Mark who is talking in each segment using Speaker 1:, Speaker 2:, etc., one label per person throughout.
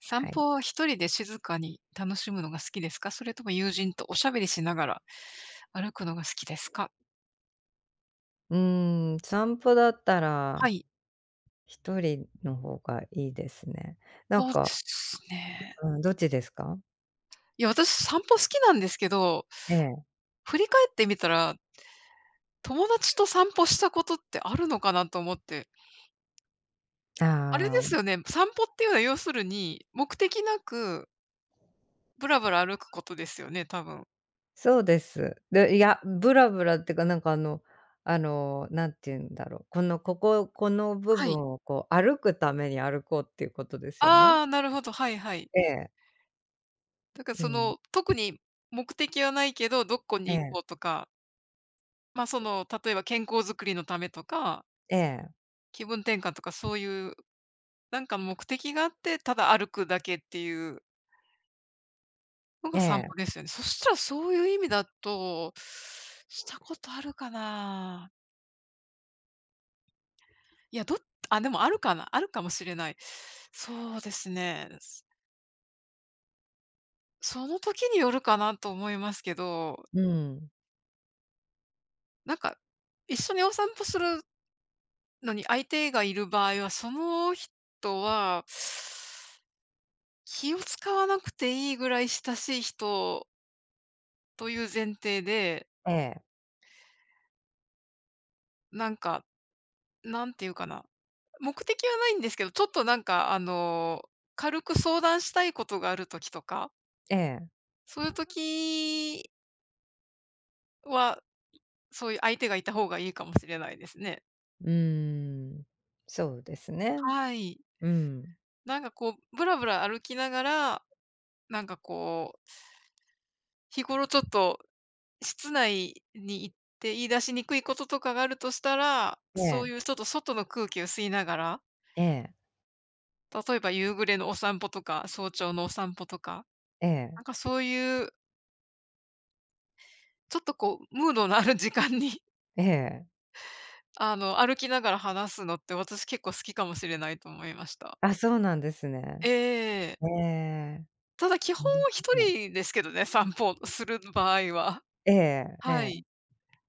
Speaker 1: 散
Speaker 2: はい。
Speaker 1: 歩は一人で静かに楽しむのが好きですか？それとも友人とおしゃべりしながら歩くのが好きですか？
Speaker 2: うーん、散歩だった
Speaker 1: は
Speaker 2: ら
Speaker 1: い、
Speaker 2: 一人の方がいいですね。なん
Speaker 1: そうで
Speaker 2: か
Speaker 1: すね。
Speaker 2: うん、どっちですか？
Speaker 1: いや、私散歩好きなんですけど、
Speaker 2: ええ。
Speaker 1: 振り返ってみたら、友達と散歩したことってあるのかなと思って。あれで
Speaker 2: あ
Speaker 1: す
Speaker 2: あ、
Speaker 1: よね、散歩っていうのは要するに、目的なくブラブラ歩くことですよね、多分。
Speaker 2: そうです。で、いや、ブラブラってか、なんかあの何て言うんだろう、この部
Speaker 1: は
Speaker 2: 分
Speaker 1: い。
Speaker 2: をこう歩くために歩こうっていうことですよね。
Speaker 1: ああ、なるほど、はいはい。
Speaker 2: ええ、
Speaker 1: だから
Speaker 2: う
Speaker 1: そ
Speaker 2: ん。
Speaker 1: の、特に目的はないけど、どこ
Speaker 2: え
Speaker 1: に行
Speaker 2: え、
Speaker 1: こうとかその、例えば健康づくりのためとか、
Speaker 2: ええ、
Speaker 1: 気分転換とかそういう、なんか目的があって、ただ歩くだけっていうの
Speaker 2: え
Speaker 1: が散歩
Speaker 2: え、
Speaker 1: ですよね。そしたらそういう意味だと、したことあるかな？いや、どっあ、でもあるかな、あるかもしれない。そうですね。その時によるかなと思いますけど、
Speaker 2: うん。
Speaker 1: なんか、一緒にお散歩するのに相手がいる場合は、その人は気を使わなくていいぐらい親しい人という前提で、
Speaker 2: ええ、
Speaker 1: なんか、なんていうかな、目的はないんですけど、ちょっとなんか、軽く相談したいことがある時とか、
Speaker 2: ええ、
Speaker 1: そういう時は、そういう相手がいた方がいいかもしれないですね。
Speaker 2: うーん。そうですね。
Speaker 1: はい。
Speaker 2: うん。
Speaker 1: なんかこう、ぶらぶら歩きながら、なんかこう、日頃ちょっと室内に行って言い出しにくいこととかがあるとしたら、そういうちょっと外の空気を吸いながら、
Speaker 2: ええ、
Speaker 1: 例えば夕暮れのお散歩とか、早朝のお散歩とか、
Speaker 2: ええ、
Speaker 1: な
Speaker 2: え
Speaker 1: ん
Speaker 2: え。
Speaker 1: かそういう、ちょっとこう、ムードのある時間に、
Speaker 2: ええ。
Speaker 1: 歩きながら話すのって私結構好きかもしれないと思いました。
Speaker 2: あ、そうなんですね。
Speaker 1: ええ。
Speaker 2: ええ。
Speaker 1: ただ基本
Speaker 2: う
Speaker 1: は
Speaker 2: ん、
Speaker 1: 一
Speaker 2: もう。
Speaker 1: 人ですけどね、散歩をする場合は。
Speaker 2: えええ
Speaker 1: は
Speaker 2: え。
Speaker 1: い。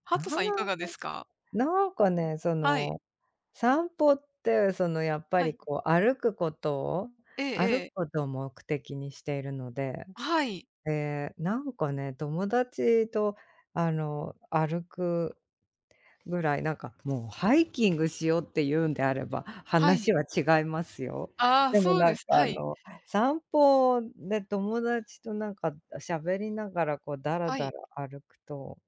Speaker 1: ハ
Speaker 2: あ
Speaker 1: ットさんいか
Speaker 2: あ、
Speaker 1: がですか？
Speaker 2: なんかね、そ
Speaker 1: はい、
Speaker 2: の、散歩って、その、やっぱ
Speaker 1: は
Speaker 2: り、
Speaker 1: い。
Speaker 2: こう、歩くことを
Speaker 1: え
Speaker 2: 歩
Speaker 1: ええ
Speaker 2: く
Speaker 1: え。
Speaker 2: ことを目的にしているので、
Speaker 1: はい、
Speaker 2: ええ、なんかね、友達と、あの、歩くぐらい、なんかもうハイキングしようって言うんであれば、
Speaker 1: はい。
Speaker 2: 話は違いますよ。
Speaker 1: ああ、
Speaker 2: でも
Speaker 1: そう
Speaker 2: な
Speaker 1: で
Speaker 2: んか
Speaker 1: す。
Speaker 2: あ
Speaker 1: はい、
Speaker 2: の、散歩で友達となんか喋りながらこうダラ
Speaker 1: は
Speaker 2: ダラ
Speaker 1: い、
Speaker 2: 歩くと、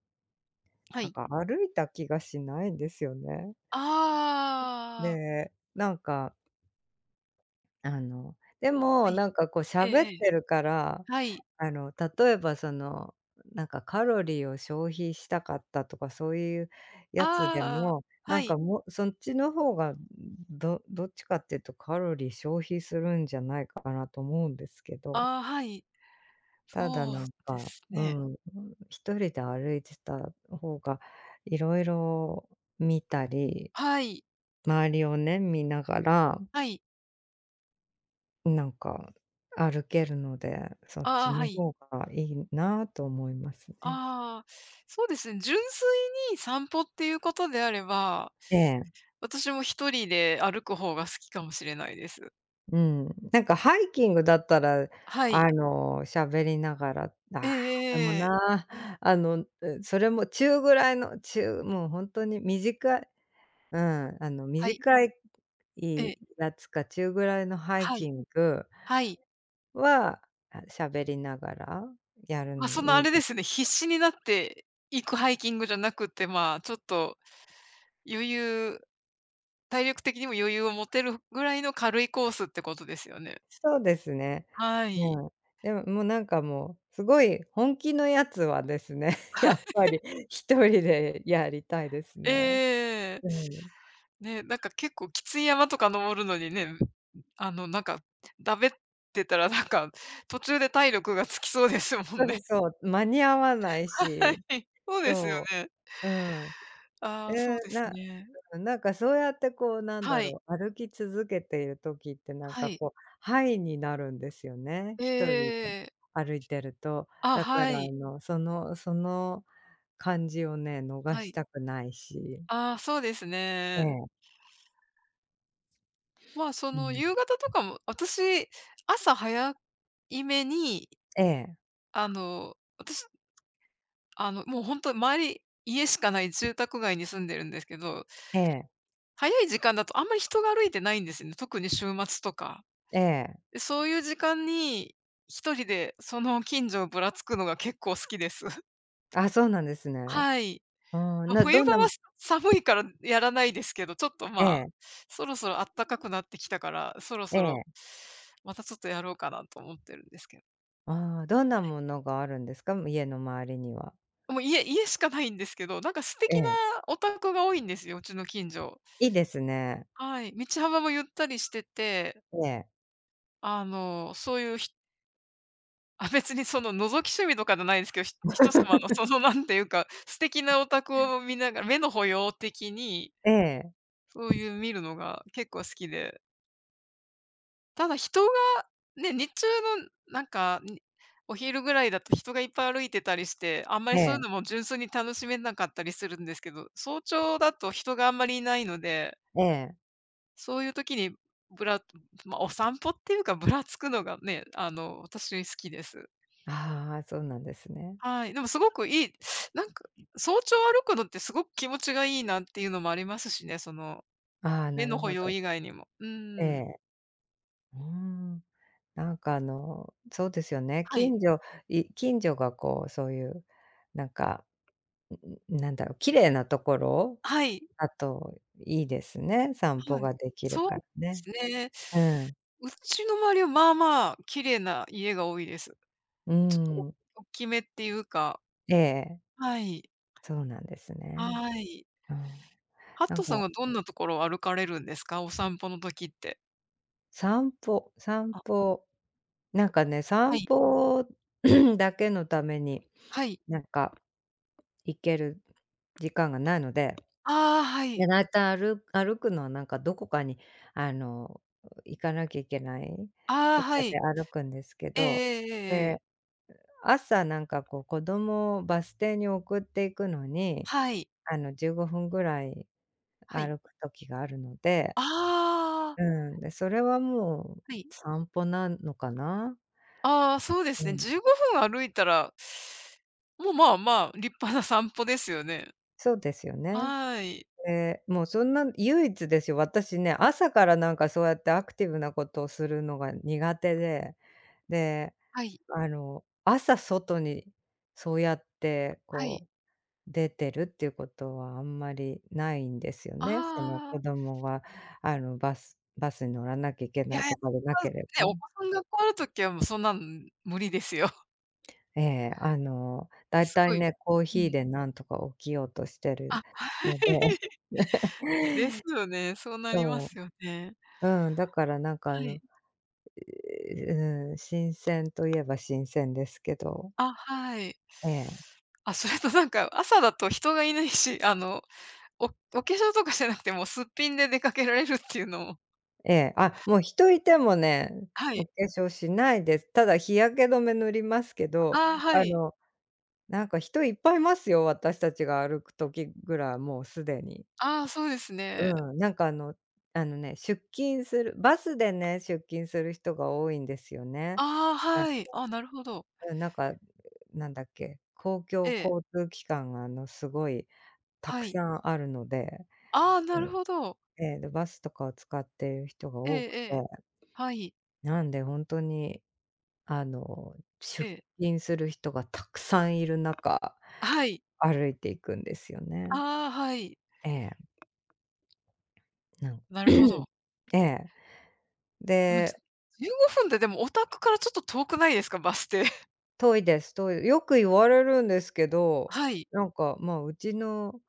Speaker 1: は
Speaker 2: なん
Speaker 1: い。
Speaker 2: か歩いた気がしないんですよね。
Speaker 1: ああ、
Speaker 2: で、なんかあの、で
Speaker 1: は
Speaker 2: も、
Speaker 1: い。
Speaker 2: なんかこう
Speaker 1: ええ
Speaker 2: 喋っ
Speaker 1: ええ。
Speaker 2: てるから、
Speaker 1: はい。
Speaker 2: あの、例えばその、なんかカロリーを消費したかったとかそういうやつで
Speaker 1: ああ、
Speaker 2: も、な
Speaker 1: は
Speaker 2: ん
Speaker 1: い。
Speaker 2: かもうそっちの方が、どっちかっていうとカロリー消費するんじゃないかなと思うんですけど、
Speaker 1: ああ、はい。
Speaker 2: ただ
Speaker 1: そう
Speaker 2: なん
Speaker 1: で
Speaker 2: か、
Speaker 1: す
Speaker 2: う
Speaker 1: ね。
Speaker 2: ん、1人で歩いてた方がいろいろ見たり、
Speaker 1: はい。
Speaker 2: 周りをね、見ながら
Speaker 1: はい。
Speaker 2: なんか、歩けるので、そっ
Speaker 1: あ
Speaker 2: ち
Speaker 1: あ、は
Speaker 2: の
Speaker 1: い。
Speaker 2: 方がいいなと思いますね。
Speaker 1: ああ、そうですね。純粋に散歩っていうことであれば、
Speaker 2: ええ、
Speaker 1: 私も一人で歩く方が好きかもしれないです。
Speaker 2: うん。なんかハイキングだったら、
Speaker 1: はい。
Speaker 2: あの、喋りながら、あ
Speaker 1: え
Speaker 2: あ、でも
Speaker 1: えええ。
Speaker 2: な、あの、うそれも中ぐらいの、中もう本当に短いうん、あの、
Speaker 1: はい。
Speaker 2: 短い
Speaker 1: ええ。
Speaker 2: いやつか中ぐらいのハイ
Speaker 1: は
Speaker 2: キ
Speaker 1: い。
Speaker 2: ング
Speaker 1: はい。
Speaker 2: は、あ、喋りながらやる
Speaker 1: まあ、
Speaker 2: の
Speaker 1: そ
Speaker 2: い
Speaker 1: のあれで
Speaker 2: い
Speaker 1: すね、必死になって行くハイキングじゃなくて、まあ、ちょっと余裕体力的にも余裕を持てるぐらいの軽いコースってことですよね。
Speaker 2: そうですね。
Speaker 1: はい。
Speaker 2: うん。でも、もうなんかもう、すごい本気のやつはですね、やっぱり一人でやりたいですね。
Speaker 1: ええ、
Speaker 2: うん。
Speaker 1: ね、なんか結構きつい山とか登るのにね、あの、なんか、だべってたらなんか、途中で体力が尽きそうですもん
Speaker 2: そ
Speaker 1: ね。
Speaker 2: うそう、間に合わない
Speaker 1: は
Speaker 2: し、
Speaker 1: い。そうですよ
Speaker 2: そ
Speaker 1: ね。
Speaker 2: う、うん。
Speaker 1: あ
Speaker 2: え
Speaker 1: あ、そうで
Speaker 2: ー
Speaker 1: す
Speaker 2: な
Speaker 1: ね。
Speaker 2: なんかそうやってこうなん
Speaker 1: は
Speaker 2: だ
Speaker 1: い。
Speaker 2: ろう、歩き続けている時ってなん
Speaker 1: は
Speaker 2: か
Speaker 1: い。
Speaker 2: こう、ハイになるんですよね、一人で
Speaker 1: ええ、
Speaker 2: 歩いてると。
Speaker 1: あ、
Speaker 2: だか
Speaker 1: は
Speaker 2: らあ
Speaker 1: い。
Speaker 2: の、その感じをね、逃
Speaker 1: は
Speaker 2: し
Speaker 1: い。
Speaker 2: たくないし。
Speaker 1: ああ、そうです
Speaker 2: え
Speaker 1: ね。
Speaker 2: え。
Speaker 1: まあ、そ
Speaker 2: う
Speaker 1: の、
Speaker 2: ん。
Speaker 1: 夕方とかも、私、朝早いめに、
Speaker 2: ええ、
Speaker 1: あの、私、あの、もうほんと周り、家しかない住宅街に住んでるんですけど、
Speaker 2: ええ、
Speaker 1: 早い時間だとあんまり人が歩いてないんですよね。特に週末とか。
Speaker 2: ええ。
Speaker 1: で、そういう時間に一人でその近所をぶらつくのが結構好きです。
Speaker 2: あ、そうなんですね。
Speaker 1: はい。
Speaker 2: うん
Speaker 1: まあ、
Speaker 2: な
Speaker 1: 冬
Speaker 2: どん
Speaker 1: 場
Speaker 2: な
Speaker 1: は
Speaker 2: も
Speaker 1: 寒いからやらないですけど、ちょっと、
Speaker 2: え
Speaker 1: まあ、
Speaker 2: え、
Speaker 1: そろそろ暖かくなってきたから、そろ
Speaker 2: え
Speaker 1: そろ
Speaker 2: え。
Speaker 1: またちょっとやろうかなと思ってるんですけど。
Speaker 2: ああ、どんなものがあるんですか？家の周りには。
Speaker 1: もう家しかないんですけど、なんか素敵
Speaker 2: え
Speaker 1: な
Speaker 2: え、
Speaker 1: お宅が多いんですよ、うちの近所。
Speaker 2: いいですね。
Speaker 1: はい。道幅もゆったりしてて、
Speaker 2: ええ、
Speaker 1: あの、そういう人あ、別にその覗き趣味とかじゃないんですけど、人様のそのなんていうか、素敵なお宅を見ながら目の保養的に、
Speaker 2: ええ、
Speaker 1: そういう見るのが結構好きで。ただ人が、ね、日中のなんか、にお昼ぐらいだと人がいっぱい歩いてたりして、あんま
Speaker 2: え
Speaker 1: りそういう
Speaker 2: え、
Speaker 1: のも純粋に楽しめなかったりするんですけど、早朝だと人があんまりいないので、
Speaker 2: ええ。
Speaker 1: そういう時にぶらま、お散歩っていうかぶらつくのがね、私好きです。
Speaker 2: ああ、そうなんですね。
Speaker 1: はい、でもすごくいい、なんか、早朝歩くのってすごく気持ちがいいなっていうのもありますしね、その、
Speaker 2: ああ、
Speaker 1: 目
Speaker 2: な
Speaker 1: の
Speaker 2: る
Speaker 1: 保
Speaker 2: ほ
Speaker 1: 養
Speaker 2: ど。
Speaker 1: 以外にも。う
Speaker 2: え
Speaker 1: ん。
Speaker 2: え、うーん。なんかあの、そうですよね。
Speaker 1: はい。
Speaker 2: 近所がこう、そういう、なんか、なんだろう、綺麗なところ
Speaker 1: はい。
Speaker 2: だといいですね、散歩
Speaker 1: はい。
Speaker 2: ができる
Speaker 1: そう
Speaker 2: か
Speaker 1: で
Speaker 2: らね。
Speaker 1: すね。
Speaker 2: うん。
Speaker 1: うちの周りはまあまあ綺麗な家が多いです。
Speaker 2: う
Speaker 1: ちょっと
Speaker 2: ん。
Speaker 1: お大きめっていうか、
Speaker 2: ええ、
Speaker 1: はい。
Speaker 2: そうなんです
Speaker 1: は
Speaker 2: ね。
Speaker 1: い。
Speaker 2: うん。
Speaker 1: ハッ
Speaker 2: なん
Speaker 1: トさん
Speaker 2: か、
Speaker 1: はどんなところを歩かれるんですか？お散歩の時って。
Speaker 2: 散歩散
Speaker 1: あ、
Speaker 2: 歩、なんかね、
Speaker 1: は
Speaker 2: 散
Speaker 1: い、
Speaker 2: 歩 だけのために、
Speaker 1: はい。
Speaker 2: なんか、行ける時間がないので、
Speaker 1: ああ、は
Speaker 2: で、
Speaker 1: い。
Speaker 2: だいたい歩くのはなんかどこかに、あの、行かなきゃいけない
Speaker 1: ああ、
Speaker 2: と
Speaker 1: は
Speaker 2: か
Speaker 1: い。
Speaker 2: で歩くんですけ
Speaker 1: ええ
Speaker 2: ど、
Speaker 1: えええ
Speaker 2: で
Speaker 1: ええ。
Speaker 2: 朝なんかこう子供をバス停に送っていくのに、
Speaker 1: はい、
Speaker 2: あの15分ぐらい
Speaker 1: はい。
Speaker 2: 歩く時があるので、
Speaker 1: あ
Speaker 2: う
Speaker 1: あ、
Speaker 2: ん、で、それはも
Speaker 1: は
Speaker 2: う
Speaker 1: い。
Speaker 2: 散歩なのかな？
Speaker 1: ああ、そうで
Speaker 2: う
Speaker 1: すね。
Speaker 2: ん、
Speaker 1: 15分歩いたら、もう、まあまあ、立派な散歩ですよね。
Speaker 2: そうですよね。
Speaker 1: はい。
Speaker 2: で、もうそんな唯一ですよ、私ね、朝からなんかそうやってアクティブなことをするのが苦手で、で、
Speaker 1: はい、
Speaker 2: あの、朝外にそうやって
Speaker 1: は
Speaker 2: こ
Speaker 1: い。
Speaker 2: う出てるっていうことはあんまりないんですよね。その
Speaker 1: あ
Speaker 2: 子
Speaker 1: あ、
Speaker 2: 供があのバスに乗らなきゃいけ
Speaker 1: い
Speaker 2: ない
Speaker 1: やい
Speaker 2: と
Speaker 1: や、
Speaker 2: かでなけれ
Speaker 1: そ
Speaker 2: ば。
Speaker 1: んなね、お子さんがこるときはもうそんなの無理ですよ。
Speaker 2: ええ、あの、だい
Speaker 1: す
Speaker 2: た
Speaker 1: ご
Speaker 2: い
Speaker 1: い
Speaker 2: ね、コー
Speaker 1: う
Speaker 2: ヒー
Speaker 1: ん。
Speaker 2: でなんとか起きようとしてる
Speaker 1: あ、はい。
Speaker 2: ので。
Speaker 1: ですよね。そうなりま
Speaker 2: そ
Speaker 1: すよね。
Speaker 2: う、うん、だからなんかあ
Speaker 1: は
Speaker 2: の、
Speaker 1: い。
Speaker 2: うん、新鮮といえば新鮮ですけど、
Speaker 1: あ、はい。
Speaker 2: ええ、
Speaker 1: あ、それとなんか、朝だと人がいないし、あの、お化粧とかしてなくても、すっぴんで出かけられるっていうのも、
Speaker 2: ええ、あ、もう人いてもね、
Speaker 1: は
Speaker 2: お
Speaker 1: い。
Speaker 2: 化粧しないです。ただ日焼け止め塗りますけど、
Speaker 1: ああ、は
Speaker 2: あ
Speaker 1: い。
Speaker 2: のなんか人いっぱいいますよ、私たちが歩く時ぐらい、もうすでに。
Speaker 1: ああ、そうですね。
Speaker 2: うん、なんかあのね、出勤するバスでね、出勤する人が多いんですよね。
Speaker 1: ああ、
Speaker 2: はい。
Speaker 1: はい。あ、なるほど。
Speaker 2: うん、なんか、なんだっけ、公
Speaker 1: え
Speaker 2: 共
Speaker 1: え、
Speaker 2: 交通機関があのすごいた
Speaker 1: は
Speaker 2: く
Speaker 1: い。
Speaker 2: さんあるので、
Speaker 1: ああ、なるほど。
Speaker 2: ええ、で、バスとかを使っている人が
Speaker 1: ええ
Speaker 2: 多く
Speaker 1: え
Speaker 2: て、
Speaker 1: え、はい、
Speaker 2: なんで本当にあの、
Speaker 1: え
Speaker 2: 出
Speaker 1: え、
Speaker 2: 勤する人がたくさんいる中、
Speaker 1: はい。
Speaker 2: 歩いていくんですよね。
Speaker 1: ああ、はい。
Speaker 2: ええ。なん
Speaker 1: なるほど。
Speaker 2: ええ。
Speaker 1: でも、
Speaker 2: で、
Speaker 1: 15分ででもお宅からちょっと遠くないですか？バス停。
Speaker 2: 「遠いです、遠い」よく言われるんですけど、
Speaker 1: はい、
Speaker 2: なんか、まあ、うちの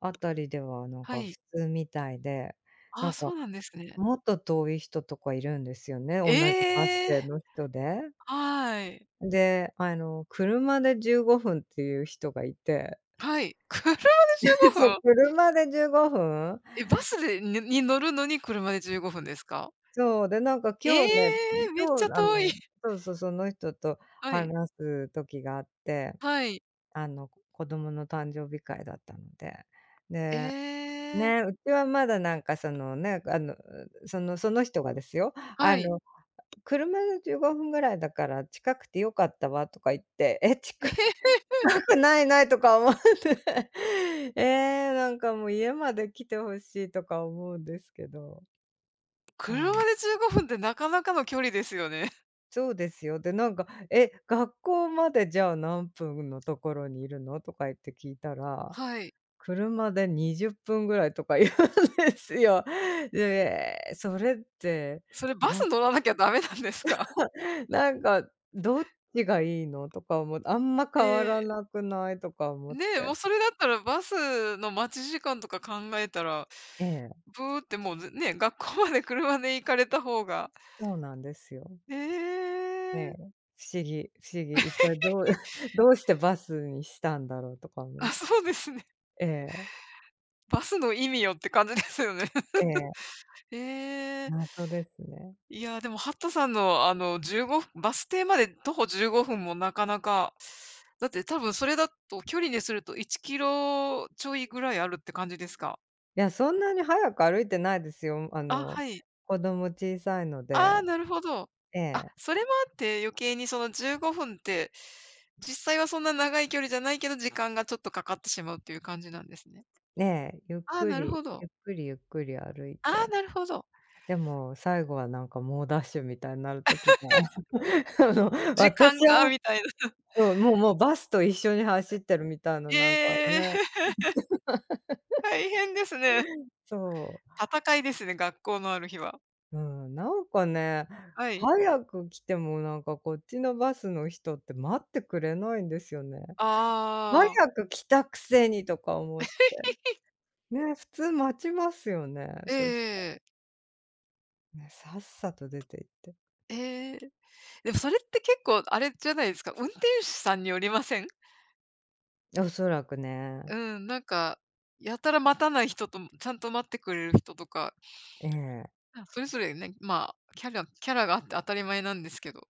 Speaker 2: あたりではなん
Speaker 1: は
Speaker 2: か普
Speaker 1: い。
Speaker 2: 通みたいで、
Speaker 1: あ
Speaker 2: な
Speaker 1: あ、
Speaker 2: ん
Speaker 1: そ
Speaker 2: か、
Speaker 1: うなんですね。
Speaker 2: もっと遠い人とかいるんですよね、同じバス
Speaker 1: ええ、
Speaker 2: 停の人で。
Speaker 1: はい。
Speaker 2: で、あの、車で15分っていう人がいて、
Speaker 1: はい。車で15
Speaker 2: そう、
Speaker 1: 分？
Speaker 2: 車で15分？
Speaker 1: え、バスでに乗るのに車で15分ですか？
Speaker 2: そう、で、なんか
Speaker 1: え
Speaker 2: 今日ね、
Speaker 1: え、めっち
Speaker 2: 今
Speaker 1: ゃ
Speaker 2: 日あ
Speaker 1: 遠い。
Speaker 2: のそうそう、その人と
Speaker 1: は
Speaker 2: 話
Speaker 1: い、
Speaker 2: す時があって
Speaker 1: はい。
Speaker 2: あの、子供の誕生日会だったので。
Speaker 1: え
Speaker 2: で、
Speaker 1: え。
Speaker 2: ね、うちはまだなんかそのね、あの、その人がですよ、あ
Speaker 1: はい。
Speaker 2: の「車で15分ぐらいだから近くて良かったわ」とか言って、「え、
Speaker 1: え
Speaker 2: 近
Speaker 1: へ。
Speaker 2: くないない」とか思って、ええ、なんかもう家まで来て欲しいとか思うんですけど。あ
Speaker 1: 車
Speaker 2: の
Speaker 1: で15分ってなかなかの距離ですよね。
Speaker 2: そうですよ。で、なんか「え、学校までじゃあ何分のところにいるの？」とか言って聞いたら
Speaker 1: はい。
Speaker 2: 車で20分ぐらいとか言うんですよ。で、それって、
Speaker 1: それバ
Speaker 2: な
Speaker 1: ス
Speaker 2: ん
Speaker 1: 乗らなきゃダメなんですか？
Speaker 2: なんか、どっちがいいのとか思って、あんま 変わ
Speaker 1: え
Speaker 2: ら
Speaker 1: え、
Speaker 2: なくないとか思っ
Speaker 1: ね、もう
Speaker 2: て。
Speaker 1: それだったらバスの待ち時間とか考えたら、
Speaker 2: ええ、
Speaker 1: ブーってもう、ずね、学校まで車で行かれた方が。
Speaker 2: そうなんですよ。
Speaker 1: え
Speaker 2: ええ、
Speaker 1: え。
Speaker 2: 不思議不思議。一体どうしてバスにしたんだろうとかも。
Speaker 1: あ、そうですね。
Speaker 2: ええ、
Speaker 1: バスの意味よって感じですよね。
Speaker 2: ええ、
Speaker 1: ええ。
Speaker 2: 謎ですね。
Speaker 1: いや、でもハットさんのあのじゅうごふん、15バス停まで徒歩15分もなかなか、だって多分それだと距離にすると1キロちょいぐらいあるって感じですか？
Speaker 2: いや、そんなに早く歩いてないですよ。あ
Speaker 1: あ、
Speaker 2: の、
Speaker 1: はい。
Speaker 2: 子供小さいの
Speaker 1: ああ、
Speaker 2: で。
Speaker 1: なるほど。
Speaker 2: え
Speaker 1: あ、
Speaker 2: え。
Speaker 1: それもあって余計にその15分って、実際はそんな長い距離じゃないけど、時間がちょっとかかってしまうっていう感じなんですね。
Speaker 2: ねえ、ゆっ
Speaker 1: ああ、
Speaker 2: く
Speaker 1: なる
Speaker 2: り、
Speaker 1: ほど。
Speaker 2: ゆっくりゆっくり歩い
Speaker 1: ああ、
Speaker 2: て、
Speaker 1: なるほど。
Speaker 2: でも最後はなんか猛ダッシュみたいになる時が、あの、
Speaker 1: 時
Speaker 2: 私
Speaker 1: 間が
Speaker 2: は
Speaker 1: みたいな。
Speaker 2: そう、もうもうバスと一緒に走ってるみたいな、
Speaker 1: え
Speaker 2: なんかね、
Speaker 1: え、大変ですね。
Speaker 2: そ
Speaker 1: 戦いですね、学校のある日は。
Speaker 2: う、うん、なんかね、
Speaker 1: はい。
Speaker 2: 早く来てもなんかこっちのバスの人って待ってくれないんですよね。早
Speaker 1: ああ、
Speaker 2: く来たくせにとか思って、ね、普通待ちますよね、
Speaker 1: え
Speaker 2: そした
Speaker 1: え
Speaker 2: らね、さっさと出て行って。
Speaker 1: ええええ。でもそれって結構あれじゃないですか、運転手さんによりません？
Speaker 2: おそらく
Speaker 1: う
Speaker 2: ね、
Speaker 1: ん、なんか、やたら待たない人と、ちゃんと待ってくれる人とか、
Speaker 2: ええ。
Speaker 1: あ、それぞれね、まあ、キャラがあって当たり前なんですけど。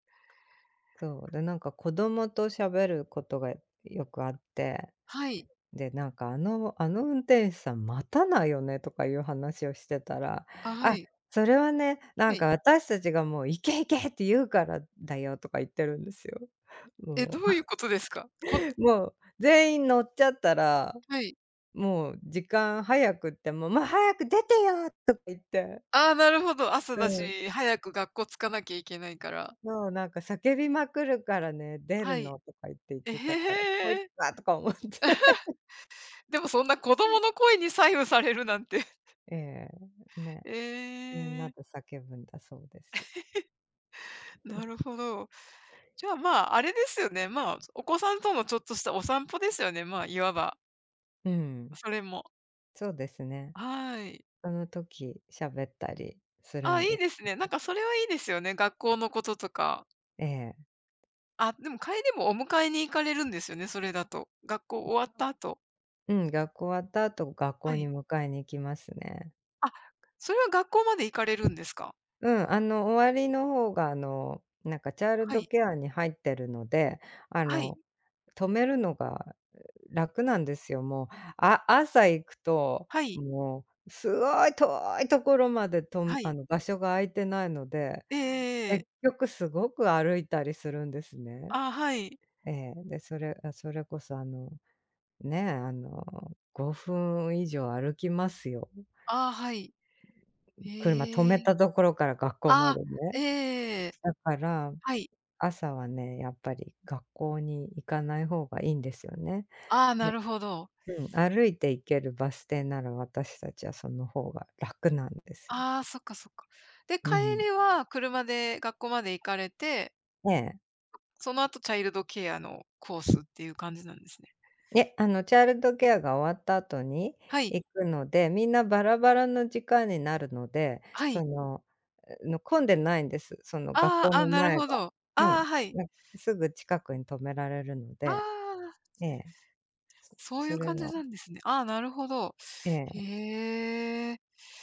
Speaker 2: そう、で、なんか子供と喋ることがよくあって、
Speaker 1: はい。
Speaker 2: で、なんかあの運転手さん待たないよねとかいう話をしてたら、
Speaker 1: あ、は
Speaker 2: あ、
Speaker 1: い。
Speaker 2: それはね、な
Speaker 1: は
Speaker 2: んか
Speaker 1: い。
Speaker 2: 私たちがもう行け行けって言うからだよとか言ってるんですよ。
Speaker 1: え、ど
Speaker 2: も
Speaker 1: う
Speaker 2: あ。
Speaker 1: いうことですか？
Speaker 2: もう全員乗っちゃったら、
Speaker 1: はい。
Speaker 2: もう時間早くっても、もう早く出てよとか言って、
Speaker 1: ああ、なるほど、朝
Speaker 2: う
Speaker 1: だ
Speaker 2: ん、
Speaker 1: し、早く学校着かなきゃいけないから。
Speaker 2: もうなんか叫びまくるからね、出
Speaker 1: は
Speaker 2: る
Speaker 1: い。
Speaker 2: のとか言って言っ
Speaker 1: え、
Speaker 2: てたから、こいつ
Speaker 1: へえ。
Speaker 2: かとか思って。
Speaker 1: でもそんな子供の声に左右されるなんて。
Speaker 2: ええ、ね、みん
Speaker 1: え
Speaker 2: なで
Speaker 1: え。
Speaker 2: 叫ぶんだそうです。
Speaker 1: なるほど。じゃあ、まあ、あれですよね。まあ、お子さんとのちょっとしたお散歩ですよね、まあ、いわば。
Speaker 2: うん、
Speaker 1: それも。
Speaker 2: そうですね。
Speaker 1: はい。
Speaker 2: その時喋ったりする
Speaker 1: あ、
Speaker 2: ん
Speaker 1: い
Speaker 2: で
Speaker 1: い
Speaker 2: す。
Speaker 1: ですね。なんかそれはいいですよね、学校のこととか。
Speaker 2: ええ。
Speaker 1: あ、でも帰りもお迎えに行かれるんですよね、それだと。学校終わった後。
Speaker 2: うん、学校終わった後、学
Speaker 1: は
Speaker 2: 校に
Speaker 1: い。
Speaker 2: 迎えに行きますね。
Speaker 1: あ、それは学校まで行かれるんですか？
Speaker 2: うん、あの、終わりの方が、あの、なんかチャイル
Speaker 1: は
Speaker 2: ド
Speaker 1: い。
Speaker 2: ケアに入ってるので、あ
Speaker 1: はい。
Speaker 2: の、止めるのが楽なんですよ、もう。朝行くと、
Speaker 1: はい。
Speaker 2: もうすごい遠いところまでと
Speaker 1: は
Speaker 2: あ
Speaker 1: い。
Speaker 2: の、場所が空いてないので結
Speaker 1: ええ、
Speaker 2: 局すごく歩いたりするんですね。
Speaker 1: あ、はい。
Speaker 2: ええ、で、それこそあの、ね、あの、5分以上歩きますよ。
Speaker 1: あ、はい。
Speaker 2: 車止
Speaker 1: え
Speaker 2: め
Speaker 1: え。
Speaker 2: たところから学校ま
Speaker 1: あ、
Speaker 2: でね。
Speaker 1: ええ。
Speaker 2: だから、
Speaker 1: はい。
Speaker 2: 朝はね、やっぱり学校に行かない方がいいんですよね。
Speaker 1: ああ、な
Speaker 2: で
Speaker 1: るほど。
Speaker 2: うん、歩いて行けるバス停なら私たちはその方が楽なんですよ。
Speaker 1: ああ、そっかそっか。で、帰
Speaker 2: うん。
Speaker 1: りは車で学校まで行かれて、
Speaker 2: ね。え。
Speaker 1: その後チャイルドケアのコースっていう感じなんですね。
Speaker 2: ね、あのチャイルドケアが終わった後に
Speaker 1: はい、
Speaker 2: 行くので、みんなバラバラの時間になるので、
Speaker 1: はい。
Speaker 2: その、の混んでないんです。その学
Speaker 1: あ
Speaker 2: 校
Speaker 1: あ、あ、
Speaker 2: の
Speaker 1: なる
Speaker 2: 前
Speaker 1: ほ
Speaker 2: が。
Speaker 1: ど。
Speaker 2: う
Speaker 1: あ
Speaker 2: ん。
Speaker 1: あ、はい。
Speaker 2: なんすぐ近くに止められるの
Speaker 1: あ
Speaker 2: で、
Speaker 1: あ、
Speaker 2: ええ、
Speaker 1: そうい
Speaker 2: そ
Speaker 1: う
Speaker 2: れ
Speaker 1: 感じ
Speaker 2: は
Speaker 1: なんですね。ああ、なるほど。
Speaker 2: ええ。
Speaker 1: へえ。